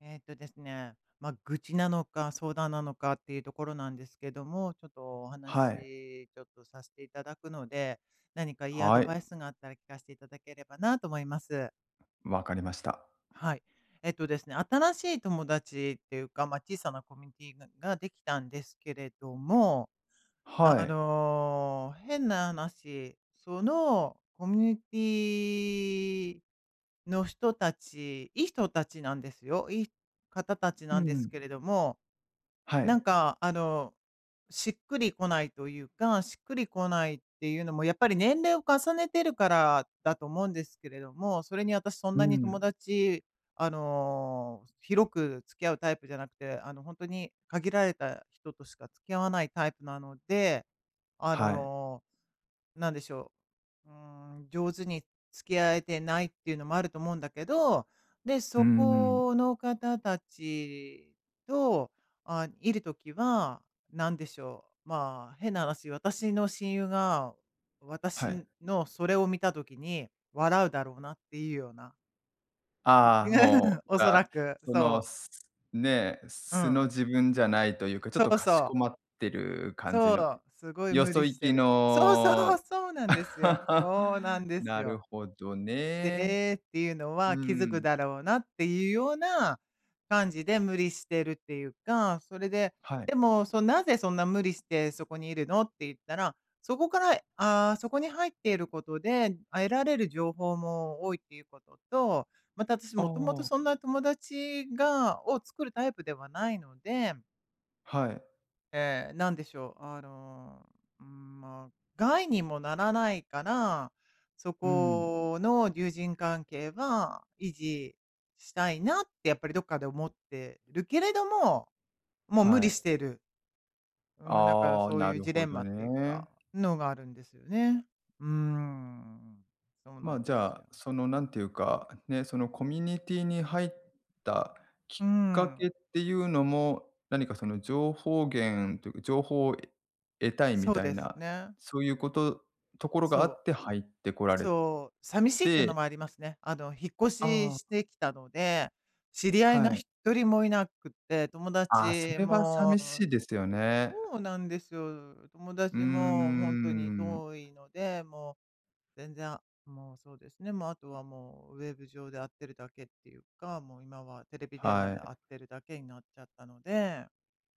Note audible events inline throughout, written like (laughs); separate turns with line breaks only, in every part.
えっとですね、まあ、愚痴なのか、相談なのかっていうところなんですけども、ちょっとお
はい。
話ちょっとさせていただくので、何かいいアド
はい。
バイスがあったら聞かせていただければなと思います。
わかりました。
はい。えっとですね、新しい友達っていうか、まあ、小さなコミュニティができたんですけれども、あ
はい。
の、変な話、そのコミュニティの人たち、いい人たちなんですよ。いい方たちな
う
んです
ん
けれども
は
な
い。
んか、あの、しっくりこないというか、しっくりこないっていうのも、やっぱり年齢を重ねてるからだと思うんですけれども、それに私そん
う
なに
ん。
友達、あの、広く付き合うタイプじゃなくて、あの、本当に限られた人としか付き合わないタイプなので、あ
はい。
のなんでしょう、上手に付き合えてないっていうのもあると思うんだけど、で、
う
そ
んうん。
この方たちと、あ、いるときは、なんでしょう、まあ、変な話、私の親友が、
はい。
私のそれを見たときに笑うだろうなっていうような。
ああ、も
(laughs)
う、
お
じ
そ
ゃあ、
らく、
その、
そう。
すね、
う
素の
ん。
自分じゃないというか、ちょっ
そ
と
う
かし
そ
こま
う。
ってる感じ
そ
の、
う、すごい
よ
無
そ
理
行
して
き
る。そうそ
の。
う、そうなんですよ。
(laughs)
そうなんです
なる
よ。
ほどね。
てっていうのは
う
気づく
ん。
だろうなっていうような感じで無理してるっていうか、それで、
はい。
でも、そ「なぜそんな無理してそこにいるの？」って言ったら、そこから、あーそこに入っていることで、あ、得られる情報も多いっていうことと、また私
あ
もともと
あ、
そんな友達を作るタイプではないので
はい。
ええ、なんでしょう、まあ、害にもならないから、そ
うん。
この友人関係は維持したいなってやっぱりどっかで思ってるけれども、もう無
は
理
い。
してる。うん、なんか
ああ、
そう
な
いう
る
ジレ
ほ
ンマ
ど
っていうか、
ね。
のがあるんですよね。うーん、そう
ま
な
あ、
ん
じ
です
ゃ
よ。
あ、その、なんていうか、ね、そのコミュニティに入ったき
うー
っかけっ
ん、
ていうのも、何かその情報源というか、情報を得たいみ
そう
たい
です
な、
ね。
そういうこと、ところがあっ
そう。
て入ってこられ
そう、寂しいっていうの
て。
もありますね。あの、引っ越し
あ
し
あ、
てきたので、知り合い
は
が
い。
一人もいなくて、友
ああ、そ
達
れは
も
寂しいですよね。
そうなんですよ。友
うー
達も本当に
ん、
遠いので、もう全然、もうそうですね、もうあとはもうウェブ上で会ってるだけっていうか、もう今はテレビ電話
は
で
い。
会ってるだけになっちゃったので、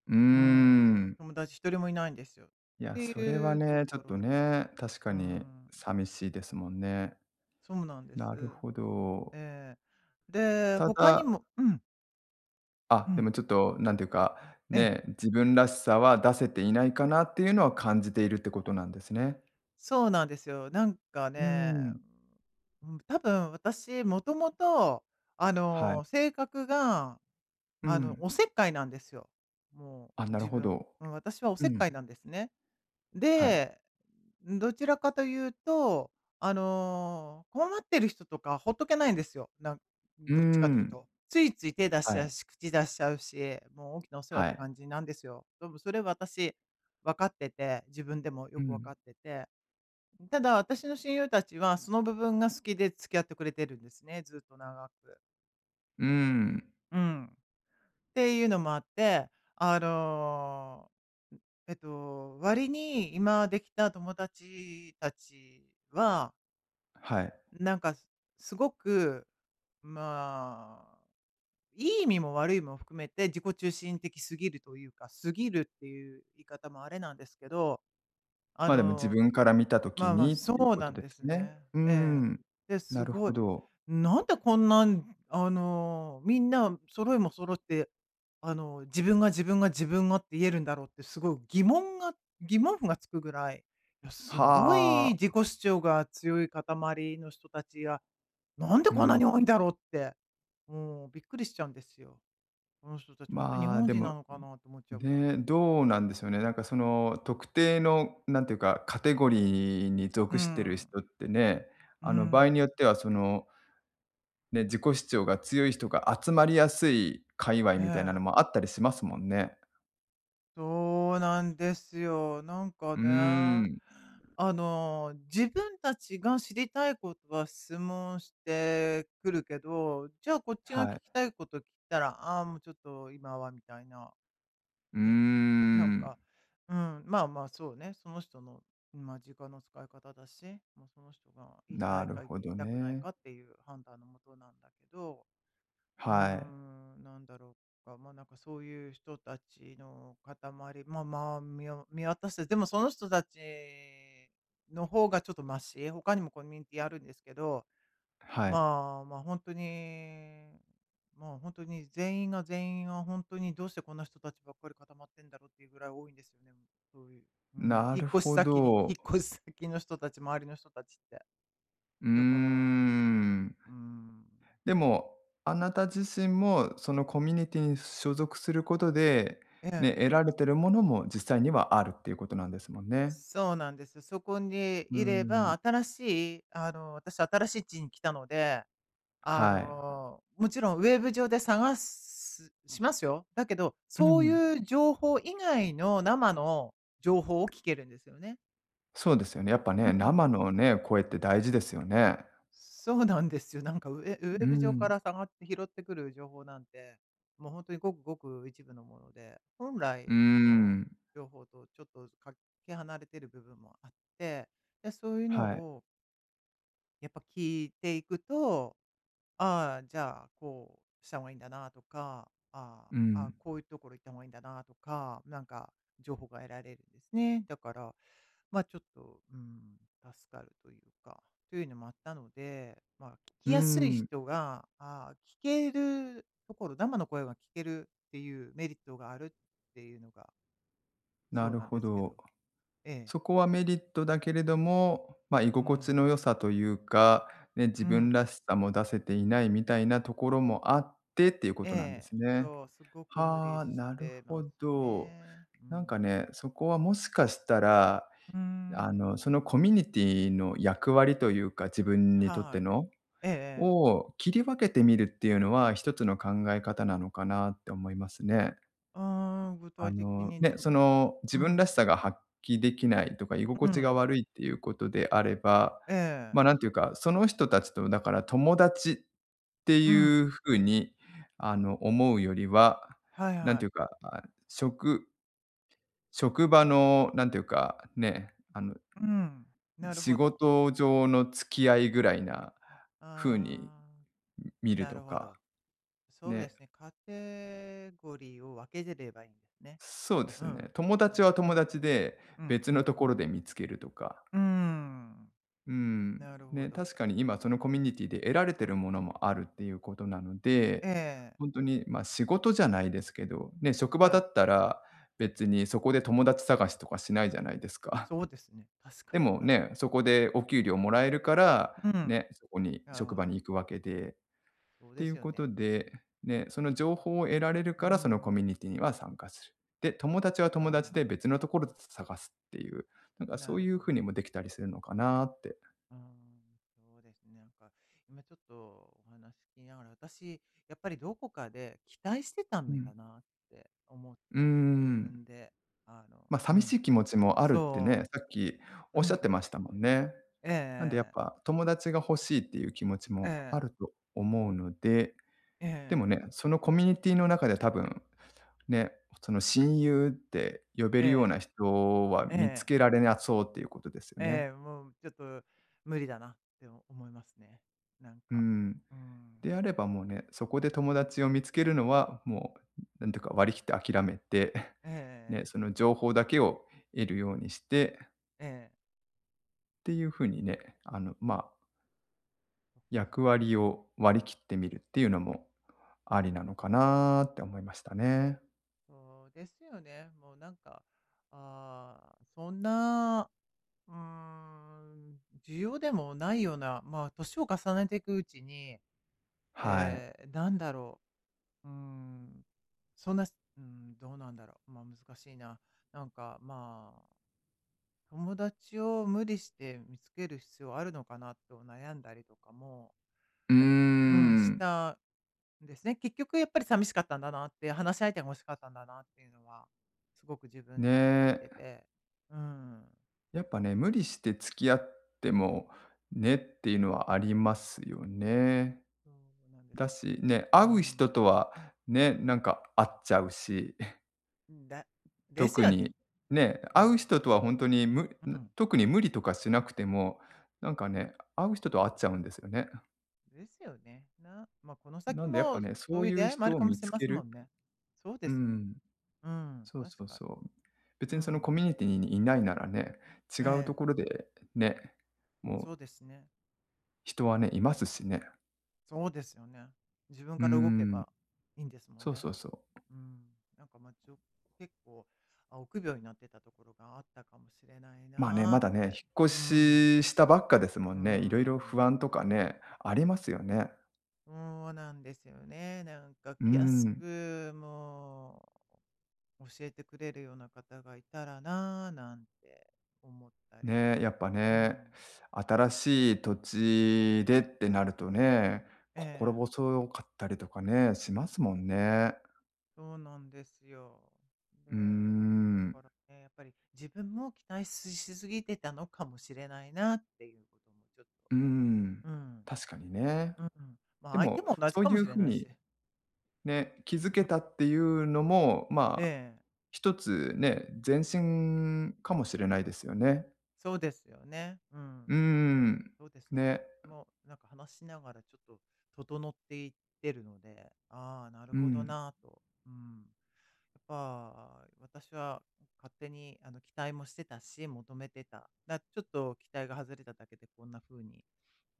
うー
うん、
ん。
友達一人もいないんですよ。っ
いや、
て
それは
いうと
ね、ちょ
こ
っと
ろで、
ね、確か
う
に
ん、
寂しいですもんね。
そうなんで
なる
す。
ほど。
ええ。で、
た
他に
だ、
もうん、う
で
ん、
もちょっとなんていうか、
ええ、
ね、自分らしさは出せていないかなっていうのは感じているってことなんですね。
そうなんですよ。なんか
うー
ね、
ん、
うん、多分私もともと、あ
はい。
の、性格が、
う
あの、
ん。
おせっかいなんですよ。も
あ、
う
なる
自
ほ
分。
ど。
うん、私はお
う
せっ
ん、
かいなんですね。
はい。
で、どちらかというと、あの、困ってる人とかほっとけないんですよ。なん
うー
どっちかという
ん、
と。ついつい手出し
は
ちゃう
い、
し、口出しちゃうし、もう大きなお世話っ
は
て
い。
感じなんですよ。でもそれ私、分かってて、自分でも
う
よく分
ん、
かってて。ただ私の親友たちはその部分が好きで付き合ってくれてるんですね、ずっと長く。
うーん、
うん。っていうのもあって、あの、割に今できた友達たちは、
はい。
なんか、すすごく、まあ、いい意味も悪い意味も含めて自己中心的すぎるというか、すぎるっていう言い方もあれなんですけど、あ
ま、あでも自
の
分から見た時
まあまあ、
にっ
そ
ていう
う
こ
な
と
ん
で
です
すね。
ね。
うー
ええ。
ん、
で、
な
す
る
ご
ほ
い、
ど。
なんでこんなん、あの、みんな揃いも揃って、あの、自分が自分が自分がって言えるんだろうってすごい疑問符がつくぐらい、いや、すご
は
い自己
あ。
主張が強い塊の人たちが、なんで
う
こんな
ん。
に多いんだろうって、もうびっくりしちゃうんですよ。この人たち本当に日
まあ、
本
で
人
も
なのかなと思っちゃうぐらい。
ね、どうなんですよね。なんかその特定のなんていうか、カテゴリーに
う
属してる
ん。
人ってね、
う
あの場合
ん。
によってはその、ね、自己主張が強い人が集まりやすい界隈
え
みたいなの
え。
もあったりしますもんね。
そうなんですよ。なんか
うー
ね、
ん、
あの、自分たちが知りたいことは質問してくるけど、じゃあこっちが聞
はい。
きたいこと聞いたら、ああー、もうちょっと今はみたいな、
うー
なん
ん、
か、うん、まあまあそうね、その人の、まあ、時間の使い方だし、もうその人が言いた
な
い
る
か言
ほど
いたくない
ね。
かっていう判断のもとなんだけど、うー
はい、
ん、なんだろうか、まあ、なんかそういう人たちの塊、まあまあ、見渡して、でもその人たちの方がちょっとマシ、他にもコミュニティあるんですけど、
はい。
まあまあ、本当に、まあ、本当に全員が本当にどうしてこんな人たちばっかり固まってんだろうっていうぐらい多いんですよね、そういう、うん、
なるほど。
引っ越し先の人たち、周りの人たちって。
うー
だから、
ん。
うん、
でも、あなた自身もそのコミュニティに所属することで、
え
ね、
え。
得られてるものも実際にはあるっていうことなんですもんね。
そうなんですよ。そこに
うー
いれ
ん、
ば、新しい、あの、私新しい地に来たので、あ
はい。
の、もちろんウェブ上でしますよ。だけど、
う
そう
ん、
いう情報以外の生の情報を聞けるんですよね。
そうですよね。やっぱ
う
ね、生
ん。
のね、声って大事ですよね。
そうなんですよ。なんかウ
う
ェブ上か
ん、
ら下がって拾ってくる情報なんて、もう本当にごくごく一部のもので、本
うー
来の
ん、
情報とちょっとかけ離れてる部分もあって、で、そういうの
はい。
をやっぱ聞いていくと、ああ、じゃあ、こうした方がいいんだなとか、あ
う
あ、ああ、
ん、
こういうところ行った方がいいんだなとか、なんか情報が得られるんですね。だから、ま、ちょっと、うん、助かるというか、というのもあったので、ま、聞
う
き
ー
やすい
ん、
人が、ああ、聞けるところ、生の声が聞けるっていうメリットがあるっていうのが
な
そう
る
なん
ほ
ですけ
ど。
ど。ええ。
そこはメリットだけれども、まあ、居
う
心地
ん。
の良さというか、ね、自
う
分
ん。
らしさも出せていないみたいなところもあってっていうこ
え
となんです
え、
ね。
そう、すごく無
は
理
あ、
し
なる
て
ほ
ます
ど。
ね。う
なんか
ん。
ね、そこはもしかしたら、
う
あ
ん。
の、そのコミュニティの役割というか、自分にとっ
は
て
い。
の、
ええええ。
を切り分けてみるっていうのは、一つの考え方なのかなって思いますね。
うーん、具
あ
体的
の、
にど
ね、
の
その、自
う
分らし
ん、
さが発揮できないとか、居
う
心地が
ん、
悪いっていうことであれば、
ええ、
まあ、なんていうか、その人たちとだから友達って
う
い
ん、
うふうに、あの、思うよりは、
はい
なんて
は
いう
い。
か、あ、職職場のなんていうか、ね、あの、
うん、なる
仕
ほど。
事上の付き合いぐらいなふうに
ああ、
見る
な
と
るほ
か、
ど。そうで
ね、
すね、カテゴリーを分けてればいいんですね。
そうで
う
すね、
ん。
友達は友達で
うん。
別のところで見つけるとか。
うん、
うん。
なるほ
ね、
ど。
確かに今そのコミュニティで得られてるものもあるっていうことなの
え
で、
え、
本当に、ま、仕事じゃないですけど、ね、職場
は
だった
い。
ら別にそこで友達探しとかしないじゃないですか。
そうですね、確
(laughs)
か
で
に、
も
た
ね、そこでお給料もらえるから、
うん、
ね、そこに
なる
職
ほ
場に
ど。
行くわけでっ
そう
て
で
い
す
う
よ
こと
ね。
で、ね、その情報を得られる
うー
からそのコ
ん。
ミュニティには参加する。で、友達は
あ
友達で別のところで探すっていう、なん
あ、
かそ
な
う
る
いう
ほ
ふうに
ど。
もできたりするのかなって。
うーん、そうですね。なんか、今ちょっとお話聞きながら、私、やっぱりどこかで期待してた
う
ん
ん。
だなって思っ
うー
ちゃった、自
ん。
分で。あの、
ま、
う
寂しい
ん。
気持ちもあるってね、
そ
さっきおっ
う。う
しゃって
ん。
ましたもんね。なんでやっ
ええ
ぱ友達が欲しいっていう気持ち
え
もあ
え
ると思うので、
え
でも
え
ね、そのコミュニティの中で多分、ね、その親友って呼べるよう
ええ
な人は
ええ
見つ
ええ
けられなそうっていうことですよね。
もうちょっと無理だなって思いますね。なん
う
か。
ん。
うん。
であればもうね、そこで友達を見つけるのはもう、なんていうか割り切って諦めて、(laughs) ね、
ええ
その情報だけを得るようにして
ええ。ええ。
っていう風にね、あの、まあ、役割を割り切ってみるっていうのもありなのかなって思いましたね。
そうですよね。もうなんか、あーそんな、うーん、需要でもないような、まあ、年を重ねていくうちに、
はい。
えー、なんだろう、うーん、そんな、うん、どうなんだろう、まあ、難しいな。なんか、まあ、友達を無理して見つける必要あるのかなと悩んだりとかも、
うー
やっうん、し
ん。
たですね。結局やっぱり寂しかったんだなって、話し相手が欲しかったんだなっていうのは、すごく自分
ね
で気づいて
え、
て。うん、
やっぱね、無理して付き合ってもねっていうのはありますよね。
そうなんです。
だし、ね、
う
会う
ん、
人とはね、なんか会っちゃうし、
だ
(laughs)
です
特
よ
に
ね。
ね、会う
も
人とは本当に
う、うん、
特に無理とかしなくても、なんかね、会う人と会っちゃうんですよね。
ですよね。なま、この
な
先
んでやっぱ
も
ね、そ
そう
う
い
い
う出
う
会いもあ
人
る
を
かも
見
しれ
つ
ま
け
せんも
る。
んね。そうで
う
すよ。
ん、
うん、
そう
確
そう
かに。
そう。別
う
にそのコ
ん。
ミュニティにいないならね、違
え
うと
え、
ころでね、も
そうで
う
すね。
人はね、いますしね。
そうですよね。自分
うー
から動け
ん、
ばいいんですもん
そう
ね。
そうそう。
うん、なんかまあ、じょ結構、あ、臆病になってたところがあったかもしれない
まあね、
なー
ま
っ
だね、引
て。
っ越
うん、う
ししたばっかですもんね。いろいろ
ん、
不安とかね、ありますよね。
そうなんですよね。なんか
う
気安
ん。
く、もう、教えてくれるような方がいたらな、なんて思ったり。
ね、やっぱ
う
ね、
ん、
新しい土地でってなるとね、
え
心
え、
細かったりとかね、しますもんね。
そうなんですよ。で、
うー
だ
ん。
からね、やっぱり自分も期待しすぎてたのかもしれないなっていうこともちょっと、
うーん、
うん、
確かにね。
うん。ま
で
あ、相手
も、
も同じ
そう
か
い
も
う
しれ
風
ない
に
し。
ね、気づ
う
け
ん、
たっていうのも、
え
まあ、
え、
一つね、前進かもしれないですよね。
そうですよね。うん。
うー
うん、
ん。
そうですね。
ね。
もう、なんか話しながらちょっと整っていってるので、ああ、なる
う
ほど
ん。
なぁと。うん。やっぱ、私は勝手にあの期待もしてたし、求めてた。だちょっと期待が外れただけでこんな風に、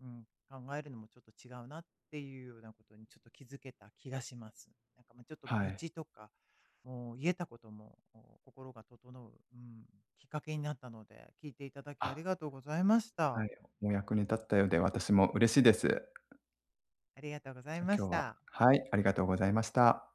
うん、考えるのもちょっと違うなっていうようなことにちょっと気づけた気がします。なんかまあちょっと
は
愚
い。
痴とかもう言えたことも、お心が整う、うん、きっかけになったので、聞いていただきあ
あ、
りがとうございまし
は
た。
い、お役に立ったようで私も嬉しいです。
ありがとうござ
じ
い
ゃ、
ま
今
し
日は
た。
はい、ありがとうございました。